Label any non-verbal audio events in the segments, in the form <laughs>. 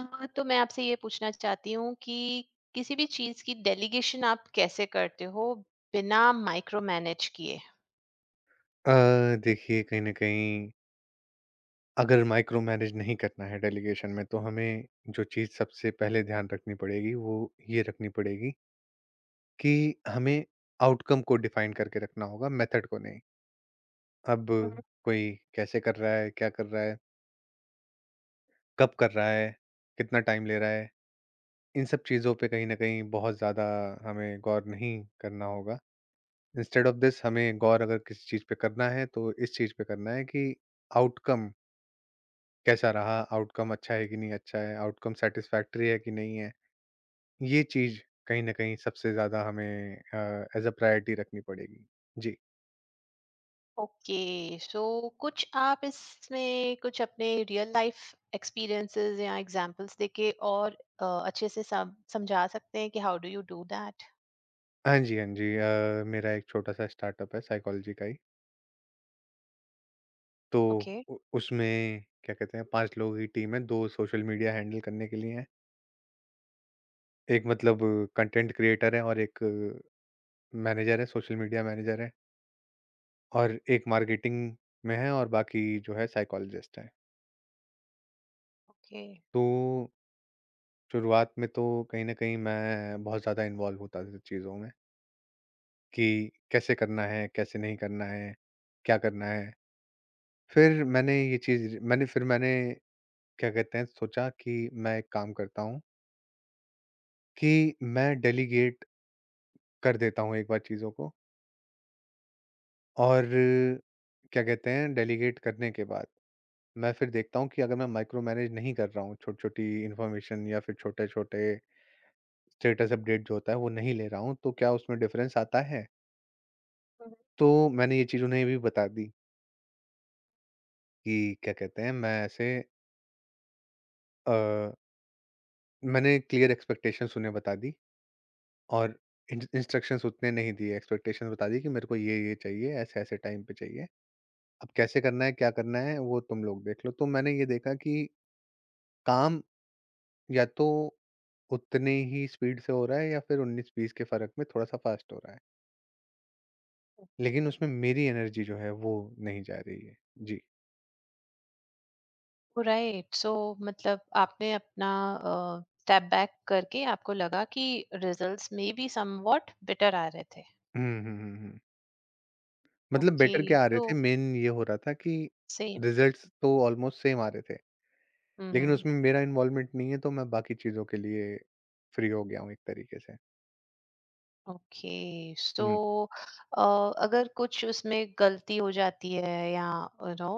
तो मैं आपसे ये पूछना चाहती हूँ कि किसी भी चीज़ की डेलीगेशन आप कैसे करते हो बिना माइक्रो मैनेज किए? अ, देखिए कहीं न कहीं अगर माइक्रो मैनेज नहीं करना है डेलीगेशन में तो हमें जो चीज़ सबसे पहले ध्यान रखनी पड़ेगी वो ये रखनी पड़ेगी कि हमें आउटकम को डिफ़ाइन करके रखना होगा मेथड को नहीं। अब हुँ। कोई कैसे कर रहा है, क्या कर रहा है, कब कर रहा है, कितना टाइम ले रहा है, इन सब चीज़ों पे कहीं न कहीं बहुत ज़्यादा हमें गौर नहीं करना होगा। इंस्टेड ऑफ दिस हमें गौर अगर किसी चीज़ पे करना है तो इस चीज़ पे करना है कि आउटकम कैसा रहा, आउटकम अच्छा है कि नहीं अच्छा है, आउटकम सैटिस्फैक्टरी है कि नहीं है, ये चीज़ कहीं न कहीं सबसे ज़्यादा हमें ऐज़ अ प्रायोरिटी रखनी पड़ेगी। जी। ओके, सो कुछ आप इसमें कुछ अपने रियल लाइफ एक्सपीरियंसेस या एग्जांपल्स देके और अच्छे से सम समझा सकते हैं कि how do you do that? हाँ जी, हाँ जी। मेरा एक छोटा-सा स्टार्टअप है साइकोलॉजी का ही, तो ओके। उ उसमें क्या कहते हैं 5 लोगों की टीम है, 2 सोशल मीडिया हैंडल करने के लिए हैं, एक मतलब कंटेंट क्रिएटर है और एक मैनेजर है, सोशल मीडिया मैनेजर है और एक मार्केटिंग में है और बाकी जो है साइकोलॉजिस्ट हैं। ओके। तो शुरुआत में तो कहीं न कहीं मैं बहुत ज़्यादा इन्वॉल्व होता था चीज़ों में, कि कैसे करना है, कैसे नहीं करना है, क्या करना है। फिर मैंने ये चीज़ मैंने फिर मैंने क्या कहते हैं सोचा कि मैं एक काम करता हूँ कि मैं डेलीगेट कर देता हूँ एक बार चीज़ों को और क्या कहते हैं डेलीगेट करने के बाद मैं फिर देखता हूँ कि अगर मैं माइक्रो मैनेज नहीं कर रहा हूँ, छोटी-छोटी इन्फॉर्मेशन या फिर छोटे-छोटे स्टेटस अपडेट जो होता है वो नहीं ले रहा हूँ, तो क्या उसमें डिफ़रेंस आता है? तो मैंने ये चीज़ उन्हें भी बता दी कि क्या कहते हैं, मैं ऐसे अ, मैंने क्लियर एक्सपेक्टेशंस उन्हें बता दी और इंस्ट्रक्शंस उतने नहीं दिए, एक्सपेक्टेशंस बता दी कि मेरे को ये-ये चाहिए, ऐसे-ऐसे टाइम पे चाहिए। अब कैसे करना है, क्या करना है, वो तुम लोग देख लो। तो मैंने ये देखा कि काम या तो उतने ही स्पीड से हो रहा है या फिर 19-20 के फ़र्क में थोड़ा-सा फ़ास्ट हो रहा है। लेकिन उसमें मेरी एनर्जी जो है वो नहीं जा रही है। जी। ऑलराइट, सो मतलब आपने अपना स्टेप बैक करके आपको लगा कि रिजल्ट्स में बी समव्हाट बेटर आ रहे थे। हुँ। मतलब ओके, बेटर क्या आ रहे थे, तो मेन ये हो रहा था कि सेम। रिज़ल्ट्स तो ऑलमोस्ट सेम आ रहे थे, हुँ, लेकिन हुँ। उसमें मेरा इन्वॉल्वमेंट नहीं है, तो मैं बाकी चीज़ों के लिए फ्री हो गया हूँ एक तरीके से। ओके, सो हुँ, अ, अगर कुछ उसमें गलती हो जाती है या यू नो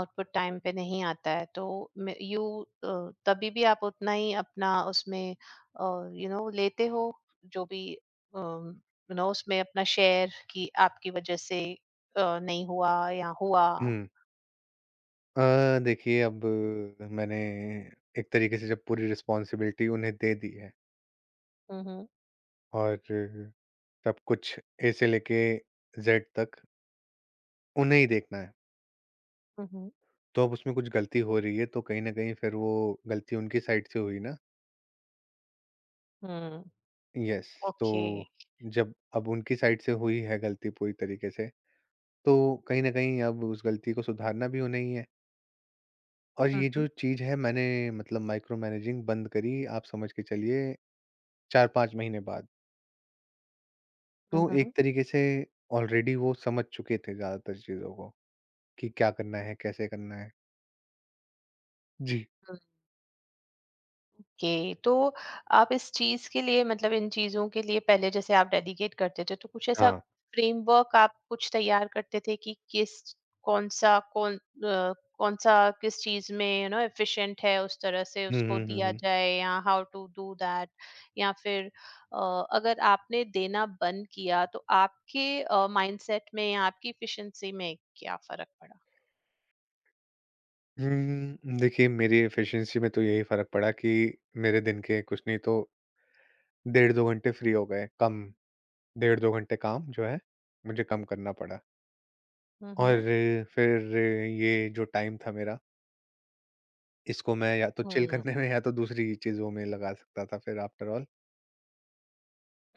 आउटपुट टाइम पे नहीं आता है, तो अ, तभी भी आप उतना ही अपना उसमें लेते हो जो भी उसमें अपना शेयर कि आपकी वज़ह से नहीं हुआ या हुआ? हुँ। देखिए अब मैंने एक तरीके से जब पूरी रिस्पॉन्सिबिलिटी उन्हें दे दी है हुँ, हुँ। और सब कुछ ए से लेके ज़ेड तक उन्हें ही देखना है, हुँ, हुँ। तो अब उसमें कुछ गलती हो रही है, तो कहीं न कहीं फिर वो गलती उनकी साइड से हुई ना। हुँ, यस। तो ओके। जब अब उनकी साइड से हुई है गलती पूरी तरीके से तो कहीं ना कहीं अब उस गलती को सुधारना भी होना ही है और ये हुँ, जो चीज है मैंने मतलब माइक्रो मैनेजिंग बंद करी आप समझ के चलिए चार पांच महीने बाद तो हुँ, एक हुँ, तरीके से ऑलरेडी वो समझ चुके थे ज्यादातर चीजों को कि क्या करना है कैसे करना है। जी हुँ। ओके, तो आप इस चीज के लिए मतलब इन चीजों के लिए पहले जैसे आप डेडिकेट करते थे, तो कुछ ऐसा हाँ। फ्रेमवर्क आप कुछ तैयार करते थे कि किस कौन सा कौन अ, कौन सा किस चीज में एफिशिएंट है उस तरह से हम्म उसको हम्म हम्म दिया हम्म। जाए, या हाउ टू डू दैट? या फिर अगर आपने देना बंद किया तो आपके माइंडसेट में या आपकी एफिशिएंसी में क्या फर्क पड़ा? देखिए मेरी एफिशिएंसी में तो यही फर्क पड़ा कि मेरे दिन के कुछ नहीं तो डेढ़ दो घंटे फ्री हो गए कम डेढ़ 2 घंटे काम जो है, मुझे कम करना पड़ा और Mhm. फिर ये जो टाइम था मेरा, इसको मैं या तो चिल Mm, करने में या तो दूसरी चीज़ों में लगा सकता था फिर आफ्टर ऑल।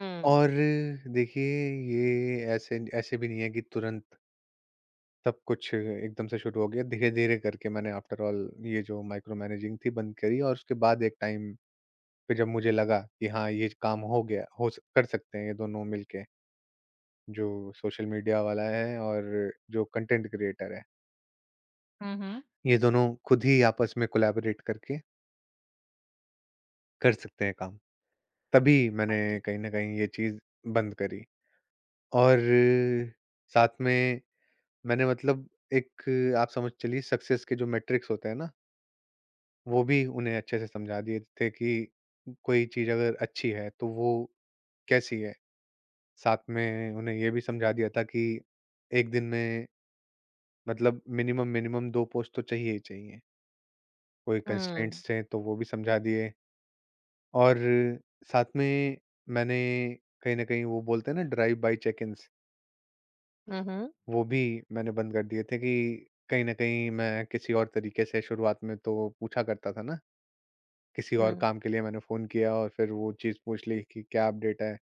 mm. और देखिए ये ऐसे ऐसे भी नहीं है कि तुरंत सब कुछ एकदम से शुरू हो गया, धीरे-धीरे करके मैंने आफ्टर ऑल ये जो माइक्रो मैनेजिंग थी बंद करी और उसके बाद एक टाइम पे जब मुझे लगा कि हाँ, ये काम हो गया, हो स कर सकते हैं ये दोनों मिलके, जो सोशल मीडिया वाला है और जो कंटेंट क्रिएटर है। Mhm. ये दोनों खुद ही आपस में कोलैबोरेट करके कर सकते हैं काम। तभी मैंने कहीं न कहीं ये चीज़ बंद करी और साथ में मैंने मतलब एक आप समझ चलिए सक्सेस के जो मैट्रिक्स होते हैं ना, वो भी उन्हें अच्छे से समझा दिए थे कि कोई चीज़ अगर अच्छी है तो वो कैसी है। साथ में उन्हें ये भी समझा दिया था कि एक दिन में मतलब मिनिमम, मिनिमम 2 पोस्ट तो चाहिए ही चाहिए। कोई कंस्ट्रेंट्स Mm, थे तो वो भी समझा दिए। और साथ में मैंने कहीं न कहीं वो बोलते हैं ना ड्राइव बाय चेक-इन्स, mhm, वो भी मैंने बंद कर दिए थे कि कहीं न कहीं मैं किसी और तरीके से शुरुआत में तो पूछा करता था ना, किसी और mm, काम के लिए मैंने फ़ोन किया और फिर वो चीज़ पूछ ली कि क्या अपडेट है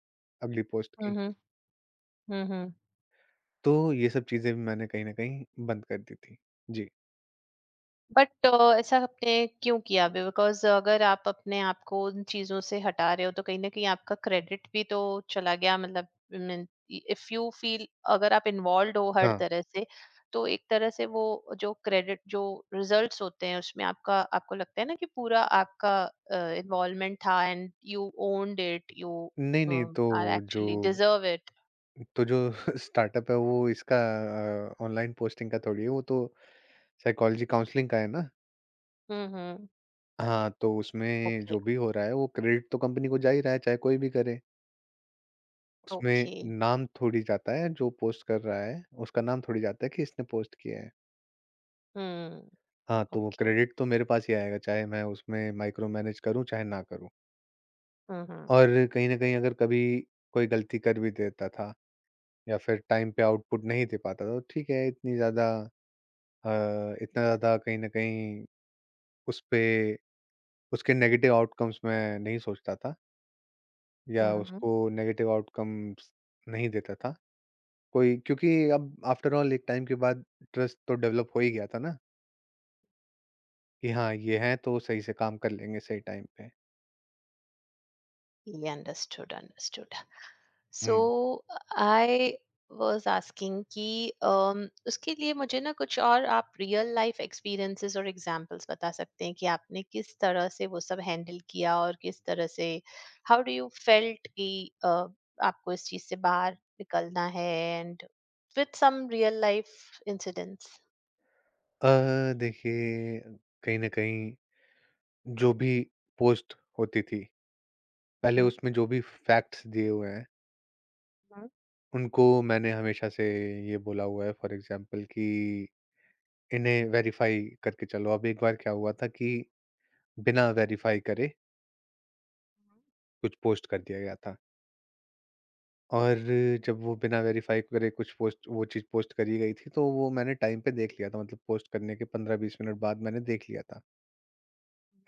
अगली पोस्ट की। mhm, mhm. तो ये सब चीज़ें भी मैंने कहीं न कहीं बंद कर दी थी। जी। बट ऐसा आपने क्यों किया अभी, बिकॉज अगर आप अपने आप को उन चीजों से हटा रहे हो तो कहीं ना कहीं आपका क्रेडिट भी तो चला गया, मतलब इफ यू फील अगर आप इन्वॉल्व हो हर हाँ। तरह से, तो एक तरह से वो जो क्रेडिट जो रिजल्ट्स होते हैं उसमें आपका, आपको लगता है ना कि पूरा आपका इन्वॉल्वमेंट था and you owned it, you नहीं, नहीं आर तो जो एक्चुअली डिजर्व इट। तो जो <laughs> स्टार्टअप है वो इसका ऑनलाइन पोस्टिंग का थोड़ी है, वो तो साइकोलॉजी काउंसलिंग का है ना। हम्म। हाँ, तो उसमें ओके। जो भी हो रहा है वो क्रेडिट तो कंपनी को जा ही रहा है, चाहे कोई भी करे। उसमें ओके। नाम थोड़ी जाता है, जो पोस्ट कर रहा है उसका नाम थोड़ी जाता है कि इसने पोस्ट किया है। हम्म। हाँ, तो वो ओके। क्रेडिट तो मेरे पास ही आएगा, चाहे मैं उसमें माइक्रो मैनेज करूँ चाहे ना करूँ। हम्म हम्म और कहीं न कहीं अगर कभी कोई गलती कर भी देता था या फिर टाइम पे आउटपुट नहीं दे पाता था, तो ठीक है इतनी ज़्यादा अ, इतना ज़्यादा कहीं न कहीं उसपे उसके नेगेटिव आउटकम्स मैं नहीं सोचता था। या हम्म। उसको नेगेटिव आउटकम्स नहीं देता था कोई क्योंकि अब आफ्टर ऑल एक टाइम के बाद ट्रस्ट तो डेवलप हो ही गया था ना कि हाँ ये हैं तो सही से काम कर लेंगे सही टाइम पे। Yeah, understood, understood. Hmm. So I was asking कि उसके लिए मुझे ना कुछ और आप रियल लाइफ एक्सपीरियंसेस और एग्जांपल्स बता सकते हैं कि आपने किस तरह से वो सब हैंडल किया और किस तरह से हाउ डू यू फेल्ट कि आपको इस चीज से बाहर निकलना है and with some real life incidents. देखिए कहीं ना कहीं जो भी पोस्ट होती थी पहले हम्म उसमें जो भी फैक्ट्स दिए हुए हैं हम्म। उनको मैंने हमेशा से ये बोला हुआ है फॉर एग्जांपल कि इन्हें वेरीफाई करके चलो। अब एक बार क्या हुआ था कि बिना वेरीफाई करे कुछ पोस्ट कर दिया गया था और जब वो बिना वेरीफ़ाई करे कुछ पोस्ट वो चीज़ पोस्ट करी गई थी, तो वो मैंने टाइम पे देख लिया था मतलब पोस्ट करने के 15-20 मिनट बाद मैंने देख लिया था।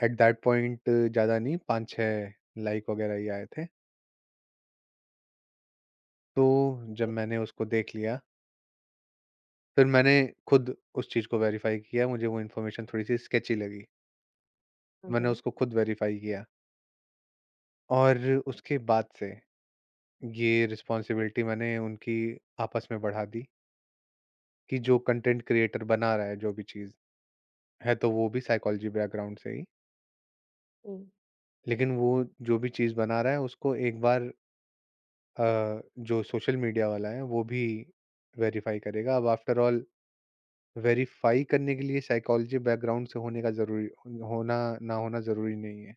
एट दैट पॉइंट ज़्यादा नहीं 5-6 लाइक वग़ैरह ही आए थे। तो जब मैंने उसको देख लिया, फिर मैंने खुद उस चीज़ को वेरीफ़ाई किया, मुझे वो इन्फॉर्मेशन थोड़ी-सी स्केची लगी। हम्म मैंने हम्म, उसको खुद वेरीफ़ाई किया और उसके बाद से ये रिस्पॉन्सिबिलिटी मैंने उनकी आपस में बढ़ा दी कि जो कंटेंट क्रिएटर बना रहा है जो भी चीज़ है तो वो भी साइकोलॉजी बैकग्राउंड से ही, हम्म। लेकिन वो जो भी चीज़ बना रहा है उसको एक बार अ, जो सोशल मीडिया वाला है वो भी वेरीफ़ाई करेगा। अब आफ्टर ऑल वेरीफ़ाई करने के लिए साइकोलॉजी बैकग्राउंड से होने का ज़रूरी होना ना होना ज़रूरी नहीं है।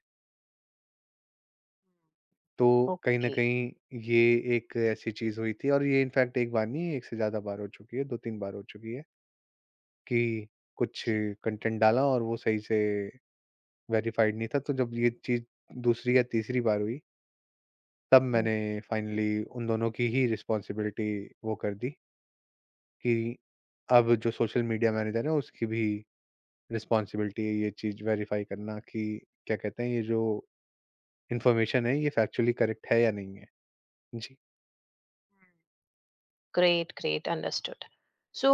तो कहीं न ओके, कहीं ये एक ऐसी चीज़ हुई थी और ये इनफैक्ट एक बार नहीं, एक से ज़्यादा बार हो चुकी है, 2-3 बार हो चुकी है कि कुछ कंटेंट डाला और वो सही से वेरीफ़ाइड नहीं था। तो जब ये चीज़ दूसरी या तीसरी बार हुई तब मैंने फाइनली उन दोनों की ही रिस्पॉन्सिबिलिटी वो कर दी कि अब जो सोशल मीडिया मैनेजर है उसकी भी रिस्पॉन्सिबिलिटी है ये चीज़ वेरीफाई करना कि क्या कहते हैं ये जो इन्फॉर्मेशन है ये फैक्चुअली करेक्ट है या नहीं है। जी। Great great understood. सो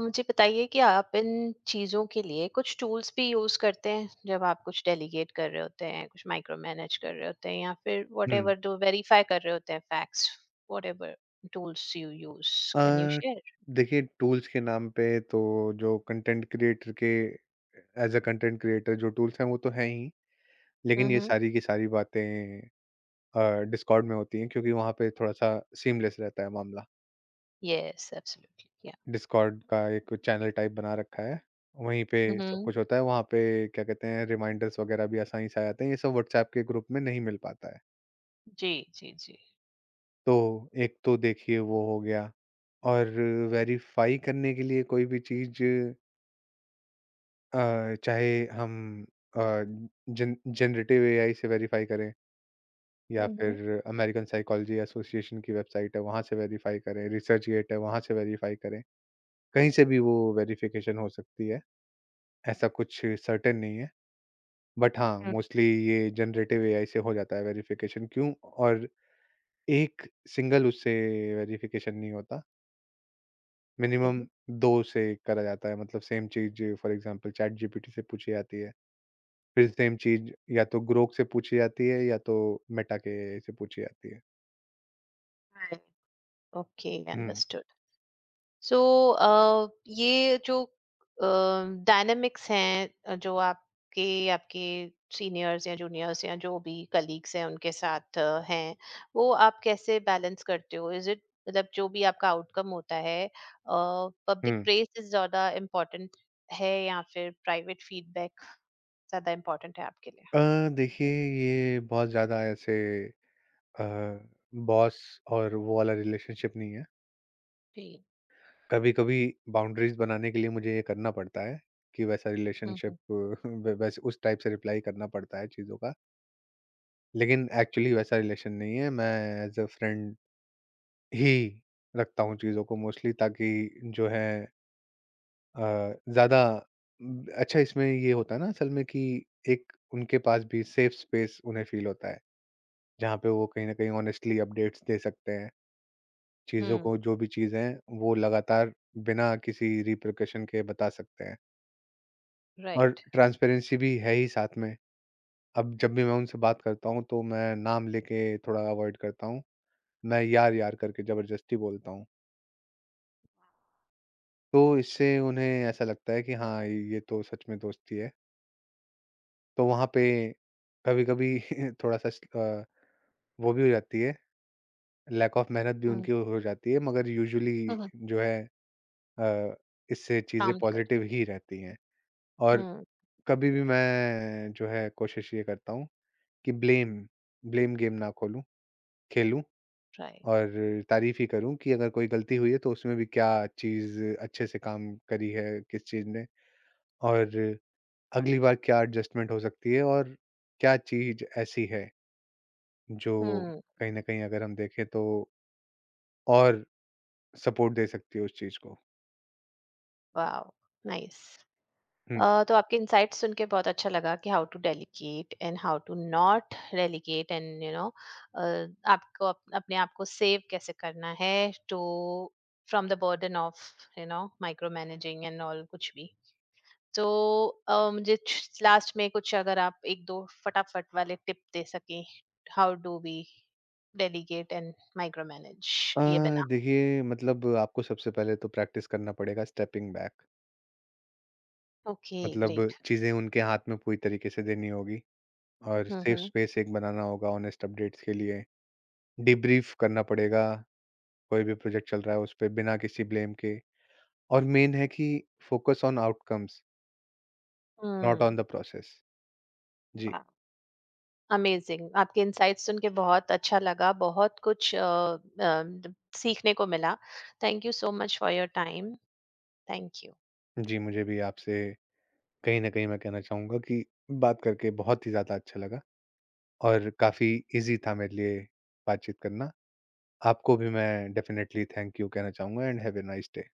मुझे बताइए कि आप इन चीज़ों के लिए कुछ टूल्स भी यूज़ करते हैं जब आप कुछ डेलीगेट कर रहे होते हैं, कुछ माइक्रो मैनेज कर रहे होते हैं या फिर हुँ। व्हाटएवर, जो वेरीफाई कर रहे होते हैं facts, whatever tools you use, uh, can you share? देखिए टूल्स के नाम पे तो जो कंटेंट क्रिएटर के एज़ अ कंटेंट क्रिएटर जो टूल्स हैं वो तो हैं ही, लेकिन ये हम्म। सारी की सारी बातें अ, डिस्कॉर्ड में होती हैं क्योंकि वहाँ पे थोड़ा-सा सीमलेस रहता है मामला। Yes, absolutely. या? डिस्कॉर्ड का एक चैनल टाइप बना रखा है। वहीं पे सब हम्म। कुछ होता है, वहाँ पे क्या कहते हैं रिमाइंडर्स वगैरह भी आसानी से आ जाते हैं, ये सब व्हाट्सऐप के ग्रुप में नहीं मिल पाता है। जी जी जी। तो एक तो देखिए वो हो गया और वेरीफ़ाई करने के लिए कोई भी चीज़ चाहे हम अ, जन जनरेटिव एआई से वेरीफ़ाई करें या हम्म। फिर अमेरिकन साइकोलॉजी एसोसिएशन की वेबसाइट है, वहाँ से वेरीफ़ाई करें, रिसर्चगेट है, वहाँ से वेरीफ़ाई करें। कहीं से भी वो वेरिफ़िकेशन हो सकती है, ऐसा कुछ सर्टेन नहीं है। बट हाँ, Mm. मोस्टली ये जनरेटिव एआई से हो जाता है वेरिफिकेशन क्यों? और एक सिंगल उससे वेरिफिकेशन नहीं होता, मिनिमम Okay. 2 से करा जाता है मतलब सेम चीज़ फॉर एग्ज़ाम्पल चैटजीपीटी से पूछी जाती है, फिर सेम चीज़ या तो ग्रोक से पूछी जाती है या तो मेटा के एआई से पूछी जाती है। Right. Okay, हुँ, understood. सो अ, ये जो डायनेमिक्स हैं, जो आपके आपके सीनियर्स या जूनियर्स या जो भी कलीग्स हैं उनके साथ हैं, वो आप कैसे बैलेंस करते हो? इज इट, मतलब जो भी आपका आउटकम होता है, पब्लिक हुँ। प्रेज से ज्यादा इम्पोर्टेंट है या फिर प्राइवेट फीडबैक ज्यादा इम्पोर्टेंट है आपके लिए? अ, देखिए ये बहुत ज़्यादा ऐसे अ, बॉस और वो वाला रिलेशनशिप नहीं है। जी। कभी-कभी बाउंड्रीज बनाने के लिए मुझे ये करना पड़ता है कि वैसा रिलेशनशिप हम्म <laughs> वै वैसे उस टाइप से रिप्लाई करना पड़ता है चीज़ों का। लेकिन एक्चुअली वैसा रिलेशन नहीं है, मैं एज़ अ फ्रेंड ही रखता हूँ चीज़ों को मोस्टली ताकि जो है अ, ज़्यादा अच्छा इसमें ये होता है ना असल में कि एक उनके पास भी सेफ स्पेस उन्हें फ़ील होता है, जहाँ पे वो कहीं न कहीं ऑनेस्टली अपडेट्स दे सकते हैं, चीज़ों हम्म। को जो भी चीज़ है, वो लगातार बिना किसी रिपरकशन के बता सकते हैं। और राइट। ट्रांसपेरेंसी भी है ही साथ में। अब जब भी मैं उनसे बात करता हूँ तो मैं नाम लेके थोड़ा अवॉइड करता हूँ। मैं यार, यार करके ज़बरदस्ती बोलता हूँ। तो इससे उन्हें ऐसा लगता है कि हाँ, ये तो सच में दोस्ती है। तो वहाँ पे कभी-कभी थोड़ा-सा स <laughs> वो भी हो जाती है, लैक ऑफ मेहनत भी हम्म, उनकी right. हो जाती है मगर यूजुअली हम्म हम्म, जो है अ, इससे चीज़ें काम निकल। पॉज़िटिव ही रहती हैं। और हम्म। कभी भी मैं जो है कोशिश ये करता हूँ कि ब्लेम ब्लेम गेम ना खोलूँ। खेलूँ। राइट। और तारीफ़ ही करूँ कि अगर कोई गलती हुई है तो उसमें भी क्या चीज़ अच्छे से काम करी है, किस चीज़ ने और अगली बार क्या एडजस्टमेंट हो सकती है और क्या चीज़ ऐसी है जो हम्म। कहीं न कहीं अगर हम देखें तो और सपोर्ट दे सकती है उस चीज़ को? Wow, nice. हुँ। तो आपके इनसाइट सुन के बहुत अच्छा लगा कि how to delegate and how to not delegate, and आपको अपने आप को सेव कैसे करना है, to from the burden of micro managing and all कुछ भी। तो मुझे लास्ट में कुछ, अगर आप एक दो फटाफट वाले टिप दे सकें, how do we delegate and micro manage किए बिना? देखिए मतलब आपको सबसे पहले तो प्रैक्टिस करना पड़ेगा स्टेपिंग बैक ओके, मतलब ग्रेट। चीज़ें उनके हाथ में पूरी तरीके से देनी होगी और हम्म सेफ हम्म स्पेस एक बनाना होगा हॉनेस्ट अपडेट्स के लिए। डीब्रीफ करना पड़ेगा कोई भी प्रोजेक्ट चल रहा है उस पे बिना किसी ब्लेम के और मेन है कि focus on outcomes not on hmm, the process. जी। वाह। अमेजिंग, आपके इनसाइट्स सुन के बहुत अच्छा लगा, बहुत कुछ अ, सीखने को मिला। Thank you so much for your time. Thank you. जी, मुझे भी आपसे कहीं न कहीं मैं कहना चाहूँगा कि बात करके बहुत ही ज़्यादा अच्छा लगा और काफ़ी ईज़ी था मेरे लिए बातचीत करना। आपको भी मैं डेफ़िनेटली थैंक यू कहना चाहूँगा and have a nice day.